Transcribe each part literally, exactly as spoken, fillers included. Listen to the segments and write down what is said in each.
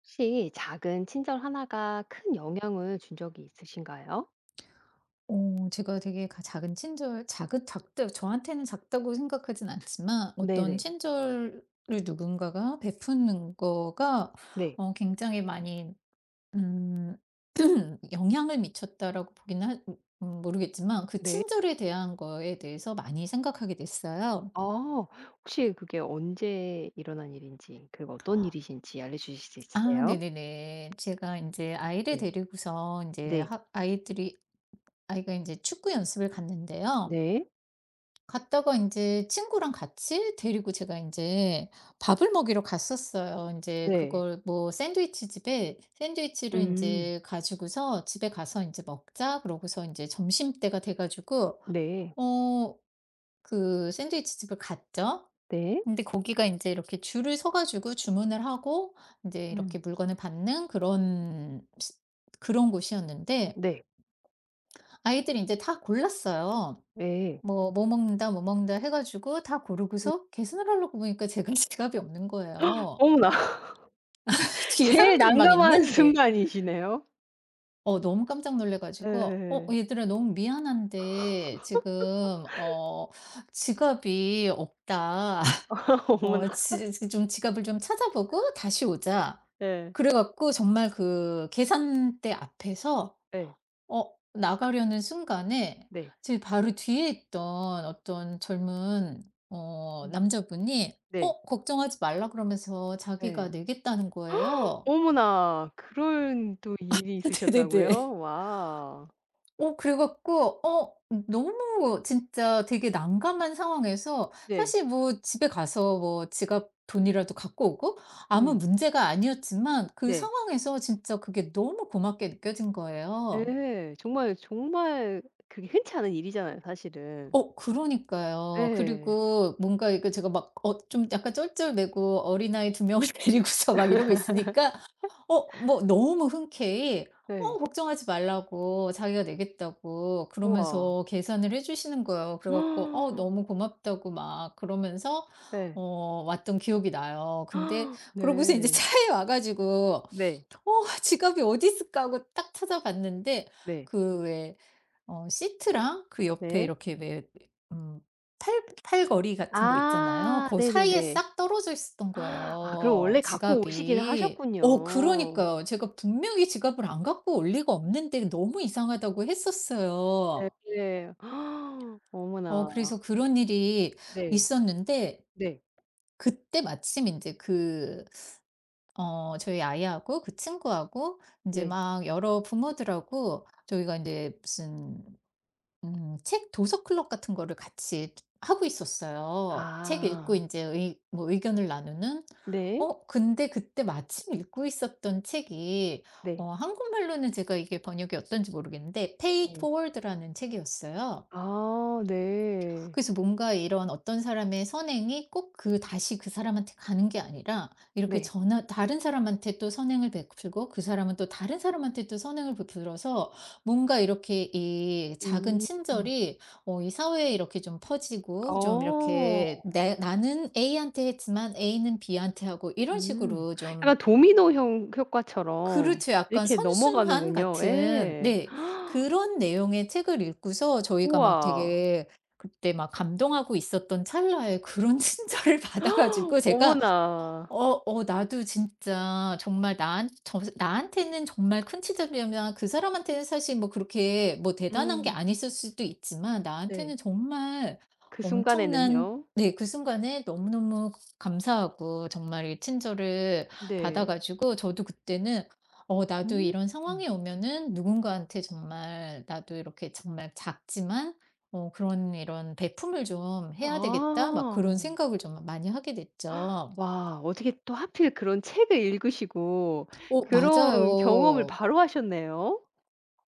혹시 작은 친절 하나가 큰 영향을 준 적이 있으신가요? 어 제가 되게 가 작은 친절 작은 작다 저한테는 작다고 생각하진 않지만, 어떤 네네. 친절을 누군가가 베푸는 거가 네. 어 굉장히 많이 음 영향을 미쳤다라고 보기는 하 음 모르겠지만, 그 네. 친절에 대한 거에 대해서 많이 생각하게 됐어요. 아 혹시 그게 언제 일어난 일인지 그리고 어떤 일이신지 알려주실 수 아 있으세요? 네네네. 제가 이제 아이를 네. 데리고서 이제 네. 학 아이들이 아이가 이제 축구 연습을 갔는데요. 네. 갔다가 인제 친구랑 같이 데리고 제가 인제 밥을 먹이러 갔었어요. 인제 네. 그걸 뭐 샌드위치 집에 샌드위치를 음. 인제 가지고서, "집에 가서 인제 먹자." 그러고서 인제 점심때가 돼 가지고 네. 어 그 샌드위치 집을 갔죠. 네. 근데 거기가 인제 이렇게 줄을 서 가지고 주문을 하고, 인제 음. 이렇게 물건을 받는 그런 시 그런 곳이었는데, 네. 아이들이 인제 다 골랐어요. 예. 뭐 뭐 먹는다, 뭐 먹는다 해 가지고 다 음. 고르고서, 계산을 하려고 보니까 제가 지갑이 없는 거예요. 어머나. 뒤에 제일 사람들이 막 난감한 있는데. 순간이시네요. 어 너무 깜짝 놀래 가지고, "어 예. 얘들아, 너무 미안한데 지금 어 지갑이 없다. 어 어머나. 지 지 좀 지갑을 좀 찾아보고 다시 오자." 예. 그래 갖고 정말 그 계산대 앞에서 예. 어 나가려는 순간에, 네. 제 바로 뒤에 있던 어떤 젊은 어 음. 남자분이 네. "어 걱정하지 말라." 그러면서 자기가 예. 내겠다는 거예요. 어머나. 그런 또 일이 있으셨다고요? 네네네. 와. 어 그래 갖고 어 너무 진짜 되게 난감한 상황에서, 네. 사실 뭐 집에 가서 뭐 지갑 돈이라도 갖고 오고 아무 음. 문제가 아니었지만, 그 네. 상황에서 진짜 그게 너무 고맙게 느껴진 거예요. 네. 정말, 정말 그게 흔치 않은 일이잖아요, 사실은. 어 그러니까요. 예. 그리고 뭔가 이거 제가 막 어 좀 약간 쩔쩔매고 어린아이 두 명을 데리고서 막 이러고 있으니까 어 뭐 너무 흔쾌히 "어 네. 걱정하지 말라."고 자기가 내겠다고 우와. 그러면서 계산을 해 주시는 거예요. 그래 갖고 어 너무 고맙다고 막 그러면서 네. 어 왔던 기억이 나요. 근데 그러고서 이제 네. 차에 와 가지고, 네. '어 지갑이 어디 있을까?" 하고 딱 찾아봤는데, 네. 그 어 시트랑 그 옆에 네. 이렇게 왜 음 팔 팔걸이 같은 거 있잖아요. 아 그 사이에 네네네. 싹 떨어져 있었던 아, 그럼 거예요, 원래 갖고 오시긴 지갑이. 어 하셨군요. 그러니까요. 제가 분명히 지갑을 안 갖고 올 리가 없는데, 너무 이상하다고 했었어요. 네. 어 어머나. 그래서 그런 일이 네. 있었는데, 네. 그때 마침 이제 그 어 저희 아이하고 그 친구하고, 이제 네. 막 여러 부모들하고 저희가 이제 무슨 음 책 도서 클럽 같은 거를 같이 하고 있었어요. 책 읽고 아. 이제 의 뭐 의견을 나누는. 네. 어 근데 그때 마침 읽고 있었던 책이, 네. 어 한국말로는 제가 이게 번역이 어떤지 모르겠는데, Pay It 예. Forward라는 책이었어요. 아, 네. 그래서 뭔가 이런 어떤 사람의 선행이 꼭 그 다시 그 사람한테 가는 게 아니라, 이렇게 네. 전하 다른 사람한테 또 선행을 베풀고, 그 사람은 또 다른 사람한테 또 선행을 베풀어서, 뭔가 이렇게 이 작은 음. 친절이 어 이 사회에 이렇게 좀 퍼지고, 좀 어. 이렇게 내 나는 에이한테 했지만 에이는 비한테 하고, 이런 음. 식으로 좀. 약간 도미노형 효과처럼 그렇죠. 약간 이렇게 선순환 넘어가는군요. 같은. 예. 네. 그런 내용의 책을 읽고서 저희가 막 우와. 되게 그때 막 감동하고 있었던 찰나에, 그런 친절을 받아 가지고 제가, 어머나. 어 어 나도 진짜 정말 나한 저 나한테는 정말 큰 지점이면, 그 사람한테는 사실 뭐 그렇게 뭐 대단한 게 음. 아니었을 수도 있지만, 네. 나한테는 정말 그 엄청난. 순간에는요. 네. 그 순간에 너무너무 감사하고 정말 이 친절을 받아 네. 가지고 저도 그때는, 어 나도 음. 이런 상황이 오면은 누군가한테 정말, 나도 이렇게 정말 작지만 어 그런 이런 "베품을 좀 해야 되겠다." 막 그런 아. 생각을 좀 많이 하게 됐죠. 와, 어떻게 또 하필 그런 책을 읽으시고 어 그런 경험을 맞아요. 바로 하셨네요.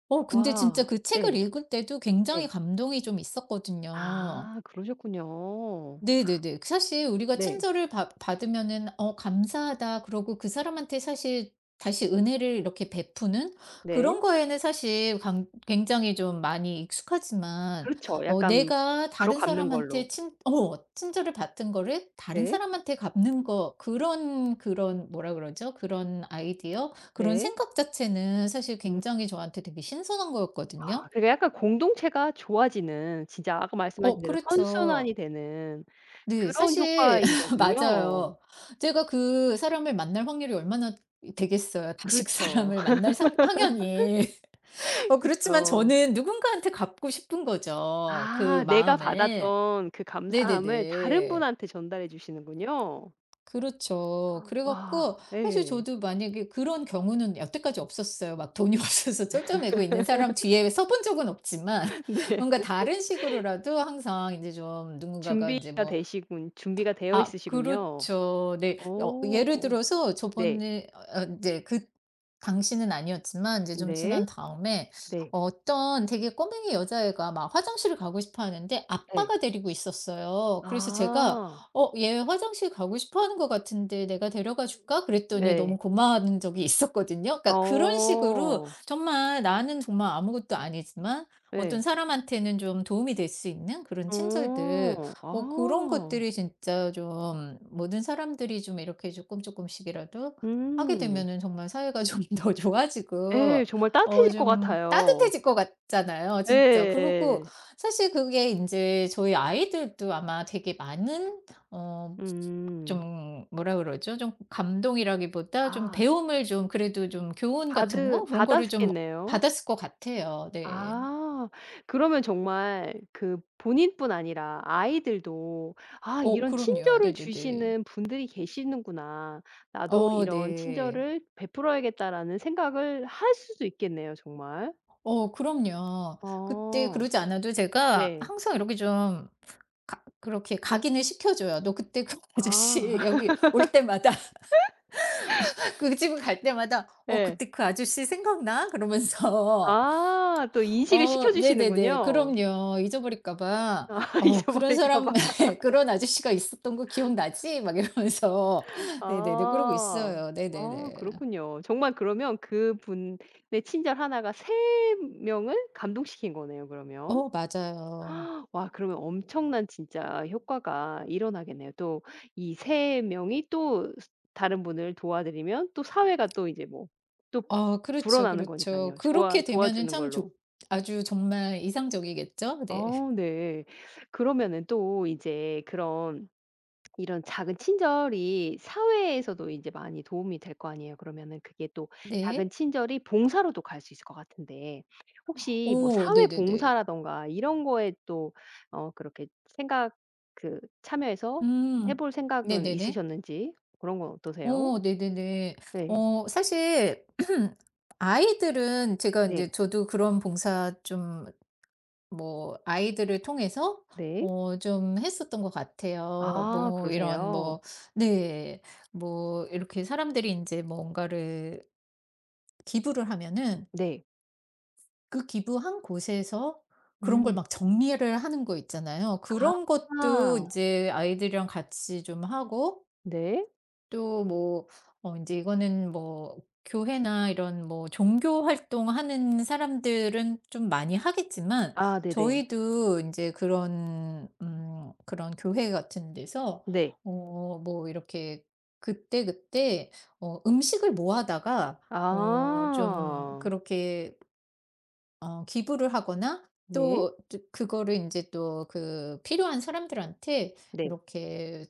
어 근데 진짜 와. 그 책을 예. 읽을 때도 굉장히 네. 감동이 좀 있었거든요. 아, 그러셨군요. 네네네. 그 사실 우리가 네. 친절을 받 받으면은 '어 감사하다." 그러고 그 사람한테, 사실 다시 은혜를 이렇게 베푸는 그런 네. 거에는 사실 강- 굉장히 좀 많이 익숙하지만, 그렇죠. 어 약간 내가 바로 다른 갚는 걸로. 사람한테 친 어 친절을 받은 거를 다른 네. 사람한테 갚는 거, 그런, 그런 뭐라 그러죠? 그런 아이디어? 그런 네. 생각 자체는 사실 음. 굉장히 저한테 되게 신선한 아 거였거든요. 그러니까 약간 공동체가 좋아지는, 진짜 아까 말씀하신 어 대로 선순환이 그렇죠. 되는 네. 그런 사실 효과인 거군요. 맞아요. 제가 그 사람을 만날 확률이 얼마나 되겠어요. 다식 그렇죠. 사람을 만날 상 당연히. 어 그렇지만 그쵸. 저는 누군가한테 갖고 싶은 거죠, 그 아, 내가 마음을. 받았던 그 감사함을 다른 네네네. 분한테 전달해 주시는군요. 그렇죠. 그래 와. 갖고 사실 예. 저도, 만약에 그런 경우는 여태까지 없었어요. 막 돈이 없어서 쫄쩔매고 있는 사람 뒤에 서본 적은 없지만, 네. 뭔가 다른 식으로라도 항상 이제 좀 누군가가 이제 준비가 뭐 되시군 준비가 되어 아 있으시군요. 그렇죠. 네. 어 어. 예를 들어서 네. 저번에 어어제그 당시는 아니었지만, 이제 좀 네. 지난 다음에 네. 어떤 되게 꼬맹이 여자애가 막 화장실을 가고 싶어 하는데 예. 아빠가 데리고 있었어요. 그래서 제가 아. "어 얘 화장실 가고 싶어 하는 것 같은데, 내가 데려가 줄까?" 그랬더니 네. 너무 고마워하는 적이 있었거든요. 그러니까 그런 식으로 어. 정말 나는 정말 아무것도 아니지만 어떤 네, 사람한테는 좀 도움이 될 수 있는 그런 어. 친절들, 어 그런 아. 것들이 진짜 좀, 모든 사람들이 좀 이렇게 조금 조금씩이라도 하게 음. 되면은 정말 사회가 좀 더 좋아지고 예. 정말 어 따뜻해질 것 좀 같아요. 따뜻해질 것 같잖아요 진짜. 예예. 그리고 사실 그게 이제 저희 아이들도 아마 되게 많은 어 음. 좀 뭐라 그러죠? 좀 감동이라기보다 좀 아, 배움을 좀, 그래도 좀 교훈 같은 바드 거, 그런 거를 좀 바다스키네요. 받았을 것 같아요. 네. 아. 그러면 정말 그 본인뿐 아니라 아이들도 '아, 어 이런 그럼요. 친절을 네네네. 주시는 분들이 계시는구나. 나도 어 이런 네. 친절을 베풀어야겠다.'라는 생각을 할 수도 있겠네요, 정말. 어 그럼요. 그때 어. 그러지 않아도 제가 네. 항상 이렇게 좀 가 그렇게 각인을 시켜 줘요. "너 그때 그 아. 아저씨 여기 올 때마다, 그 집을 갈 때마다 '어 예. 그때 그 아저씨 생각나?'" 그러면서 아, 또 인식을 어 시켜 네네네. 주시는군요. 그럼요. 잊어버릴까 봐. 아. '어 그런 잊어버릴까 사람 봐. 그런 아저씨가 있었던 거 기억나지?'" 막 이러면서, 네네네, 그러고 아. 있어요. 아, 네네네. 그렇군요. 정말 그러면 그분의 친절 하나가 세 명을 감동시킨 거네요, 그러면. 어 맞아요. 와, 그러면 엄청난 진짜 효과가 일어나겠네요. 또 이 세 명이 또 스 다른 분을 도와드리면 또 사회가 또 이제 뭐 또 아 그렇죠, 불어나는 거니까 그렇죠. 요 좋아 그렇게 되면은 도와주는 참 걸로. 좋 아주 정말 이상적이겠죠? 네. 아, 네. 그러면은 또 이제 그런 이런 작은 친절이 사회에서도 이제 많이 도움이 될 거 아니에요. 그러면은 그게 또 작은 네. 친절이 봉사로도 갈 수 있을 것 같은데 혹시 뭐 어 사회 네네네. 봉사라든가 이런 거에 또 어 그렇게 생각 그 참여해서 해 음. 볼 생각은 네네네. 있으셨는지, 그런 건 어떠세요? 어 네네네. 네. 어 사실 아이들은 제가 인제 네. 저도 그런 봉사 좀, 뭐 아이들을 통해서 네. 어 좀 했었던 것 같아요. 아, 뭐 이런 그러세요? 뭐. 네. 뭐 이렇게 사람들이 인제 뭔가를 기부를 하면은, 네. 그 기부한 곳에서 그런 걸 음. 막 정리를 하는 거 있잖아요. 그런 아. 것도 이제 아이들이랑 같이 좀 하고, 네. 또 뭐어제 이거는 뭐 교회나 이런 뭐 종교 활동하는 사람들은 좀 많이 하겠지만, 아, 네네. 저희도 이제 그런 음 그런 교회 같은 데서 네. 어 뭐 이렇게 그때그때 어 음식을 모아다가 어 좀 아. 그렇게 어 기부를 하거나, 네. 또 또 그거를 인제 또 그 필요한 사람들한테 네. 이렇게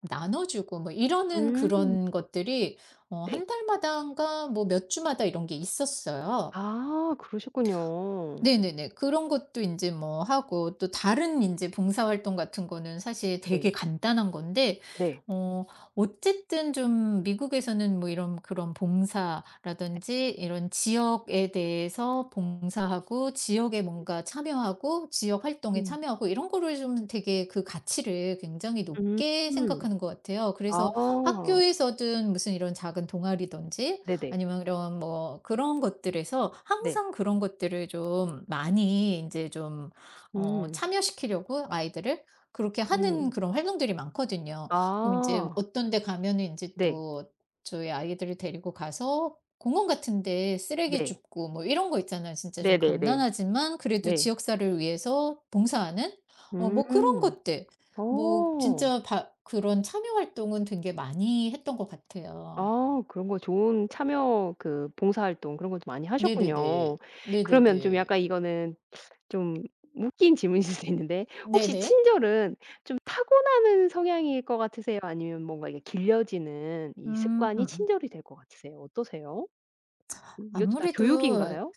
나눠 주고, 뭐 이러는 음. 그런 것들이 어 네. 한 달마다인가 뭐 몇 주마다, 이런 게 있었어요. 아, 그러셨군요. 네네네. 그런 것도 인제 뭐 하고, 또 다른 인제 봉사활동 같은 거는 사실 네. 되게 간단한 건데, 네. 어 어쨌든 좀 미국에서는 뭐 이런, 그런 봉사라든지 이런 지역에 대해서 봉사하고, 지역에 뭔가 참여하고, 지역 활동에 음. 참여하고, 이런 거를 좀 되게 그 가치를 굉장히 음. 높게 생각하는 것 같아요. 그래서 아. 학교에서든 무슨 이런 작은 동아리든지, 네네. 아니면 이런 뭐 그런 것들에서 네. 항상 그런 것들을 좀 많이 이제 좀 어 음. 참여시키려고 아이들을, 그렇게 하는 음. 그런 활동들이 많거든요. 그럼 이제 아. 어떤 데 가면은 이제 네. 또 저희 아이들을 데리고 가서, 공원 같은 데 쓰레기 네. 줍고 뭐 이런 거 있잖아요. 진짜 좀 네네네. 간단하지만 그래도 네. 지역사를 위해서 봉사하는 어 뭐 그런 음. 것들. 뭐 어. 진짜 바 그런 참여 활동은 되게 많이 했던 것 같아요. 아, 그런 거 좋은 참여, 그 봉사활동 그런 것도 많이 네네네. 하셨군요. 그러면 좀 네네네. 약간 이거는 좀 웃긴 질문일 수도 있는데 혹시 네네. 친절은 좀 타고나는 성향일 것 같으세요? 아니면 뭔가 이게 길려지는 이 습관이 음. 친절이 될 것 같으세요? 어떠세요? 음, 이것도 다 아무래도 교육인가요?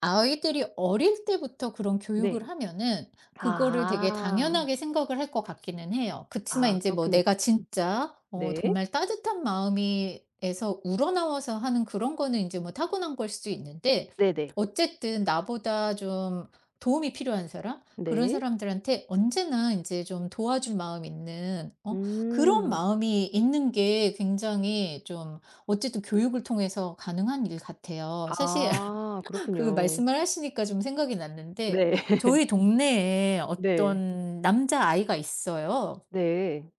아이들이 어릴 때부터 그런 교육을 네. 하면은, 그거를 되게 아. 당연하게 생각을 할 것 같기는 해요. 그치만 아, 인제 뭐 그렇군요. 내가 진짜 어 네. 정말 따뜻한 마음이 에서 우러나와서 하는 그런 거는 인제 뭐 타고난 걸 수도 있는데, 네네. 어쨌든 나보다 좀 도움이 필요한 사람, 그런 네. 사람들한테 언제나 인제 좀 도와줄 마음이 있는 어 그런 음. 마음이 있는 게 굉장히 좀, 어쨌든 교육을 통해서 가능한 일 같아요. 사실 아, 그 그렇군요. 말씀을 하시니까 좀 생각이 났는데, 네. 저희 동네에 네. 어떤 남자아이가 있어요. 네.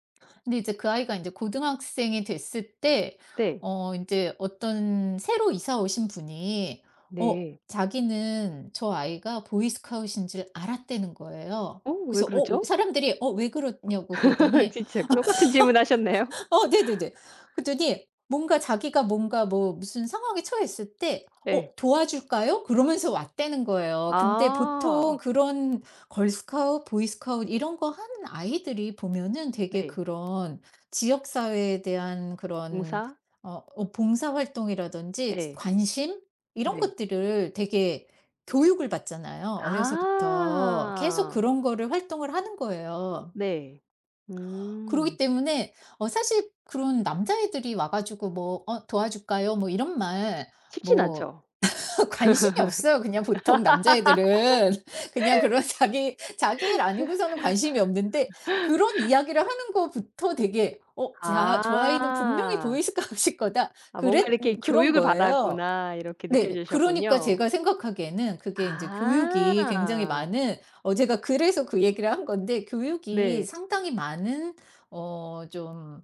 근데 이제 그 아이가 이제 고등학생이 됐을 때, 네. 어 이제 어떤 새로 이사 오신 분이 어 네. 자기는 저 아이가 보이스카웃인 줄 알았다는 거예요. 어, 왜 그래서 어 그러죠? 사람들이 "어 왜 그러냐?"고 그랬더니, 진짜 똑같은 질문하셨네요. 어 네네네. 그랬더니 뭔가 자기가 뭔가 뭐 무슨 상황에 처했을 때, "어 네. 도와줄까요?" 그러면서 왔다는 거예요. 근데 아. 보통 그런 걸스카웃, 보이스카웃 이런 거 하는 아이들이 보면은 되게 네. 그런 지역 사회에 대한 그런, 봉사? 어 어 봉사 활동이라든지 지 예. 관심, 이런 네. 것들을 되게 교육을 받잖아요. 어려서부터 계속 아. 그런 거를 활동을 하는 거예요. 네. 음. 그러기 때문에 어 사실 그런 남자애들이 와 가지고 뭐 "어 도와줄까요?" 뭐 이런 말 쉽진 뭐 않죠. 관심이 없어요. 그냥 보통 남자애들은. 그냥 그런 자기 자기 일 아니고서는 관심이 없는데, 그런 이야기를 하는 거부터 되게 '어 자 저 아이는 분명히 아. 보이스카웃일 거다." 아, 뭔가 그랬 이렇게 음 그런 교육을 거예요. 받았구나 이렇게 네네. 그러니까 느껴지셨군요. 제가 생각하기에는 그게 인제 교육이 굉장히 아. 많은, 어 제가 그래서 그 얘기를 한 건데, 교육이 네. 상당히 많은 어 좀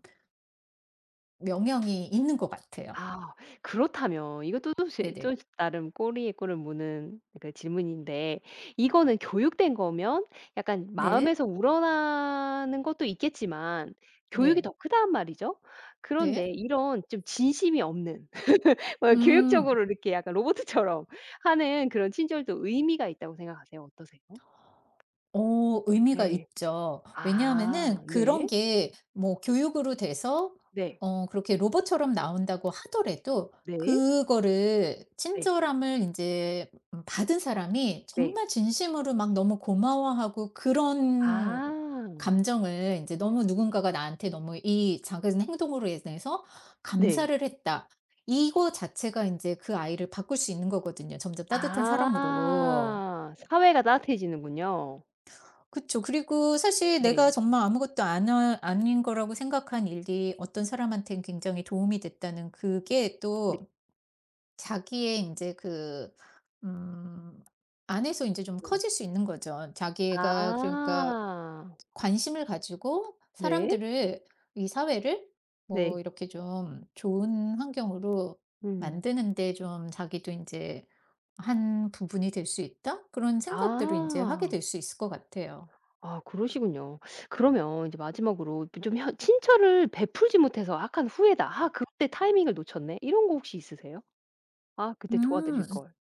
영향이 있는 것 같아요. 아, 그렇다면 이것도 또 제 또 네네. 나름 꼬리에 꼬리를 무는 그 질문인데, 이거는 교육된 거면 약간 네. 마음에서 우러나는 것도 있겠지만 교육이 네. 더 크단 말이죠. 그런데 네. 이런 좀 진심이 없는 뭐 음. 교육적으로 이렇게 약간 로봇처럼 하는 그런 친절도 의미가 있다고 생각하세요? 어떠세요? 어 의미가 네. 있죠. 아, 왜냐하면은 그런 네. 게 뭐 교육으로 돼서 네. 어 그렇게 로봇처럼 나온다고 하더라도, 네. 그거를 네. 친절함을 이제 받은 사람이 네. 정말 진심으로 막 너무 고마워하고, 그런 아. 감정을 이제 너무, 누군가가 나한테 너무 이 작은 행동으로 인해서 네. "감사를 했다." 이거 자체가 이제 그 아이를 바꿀 수 있는 거거든요, 점점 따뜻한 사람으로. 아. 사회가 따뜻해지는군요. 그쵸. 그리고 사실 내가 네. 정말 아무것도 안 아 아닌 거라고 생각한 일이 어떤 사람한테는 굉장히 도움이 됐다는 그게 네. 또, 자기의 이제 그 음 안에서 이제 좀 음. 커질 수 있는 거죠. 자기가 그러니까 아. 관심을 가지고 네. 사람들을, 이 사회를 뭐 네. 이렇게 좀 좋은 환경으로 음. 만드는 데 좀 자기도 이제 "한 부분이 될 수 있다." 그런 생각들을 이제 아. 하게 될 수 있을 것 같아요. 아, 그러시군요. 그러면 이제 마지막으로 그 좀 현 친절을 베풀지 못해서 '약간 후회다. 아, 그때 타이밍을 놓쳤네.' 이런 거 혹시 있으세요? '아, 그때 도와드릴 음. 걸.'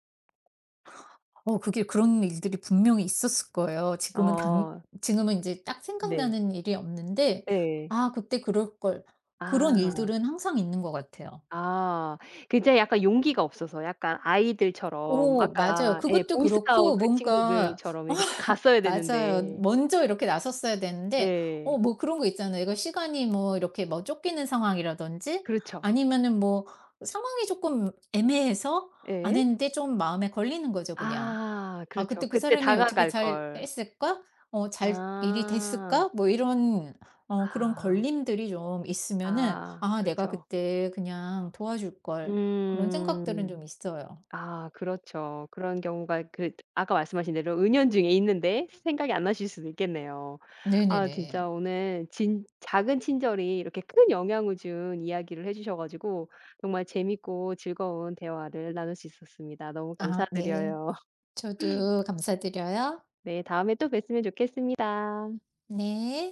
어 그게 그런 일들이 분명히 있었을 거예요. 지금은 당 아. 지금은 이제 딱 네. 생각나는 일이 없는데, 예. "아 그때 그럴 걸." 그런 아. 일들은 항상 있는 것 같아요. 아. 굉장히 약간 용기가 없어서, 약간 아이들처럼 오 맞아요. 아까 예 그것도 보이스카우트 그렇고 그 뭔가 친구들처럼 어 이렇게 딱 갔어야 맞아요. 되는데. 먼저 이렇게 나섰어야 되는데, 예. 어 뭐 그런 거 있잖아요. 이거 시간이 뭐 이렇게 뭐 쫓기는 상황이라든지, 그렇죠. 아니면은 뭐 상황이 조금 애매해서 안 예. 했는데, 좀 마음에 걸리는 거죠 그냥. 아, 아 그렇죠. 그때 "그 그때 사람이 어떻게 다가갈 잘 걸. 했을까? 어 잘 일이 아. 됐을까?" 뭐 이런 어 그런 아. 걸림들이 좀 있으면은, 아, "아 내가 그렇죠. 그때 그냥 도와줄 걸." 그런 생각들은 좀 음. 있어요. 아, 그렇죠. 그런 경우가 그 아까 말씀하신 대로 은연중에 있는데 생각이 안 나실 수도 있겠네요. 아, 네네네. 진짜 오늘 진 작은 친절이 이렇게 큰 영향을 준 이야기를 해 주셔 가지고 정말 재밌고 즐거운 대화를 나눌 수 있었습니다. 너무 아 네. 감사드려요. 저도 감사드려요. 네, 다음에 또 뵀으면 좋겠습니다. 네.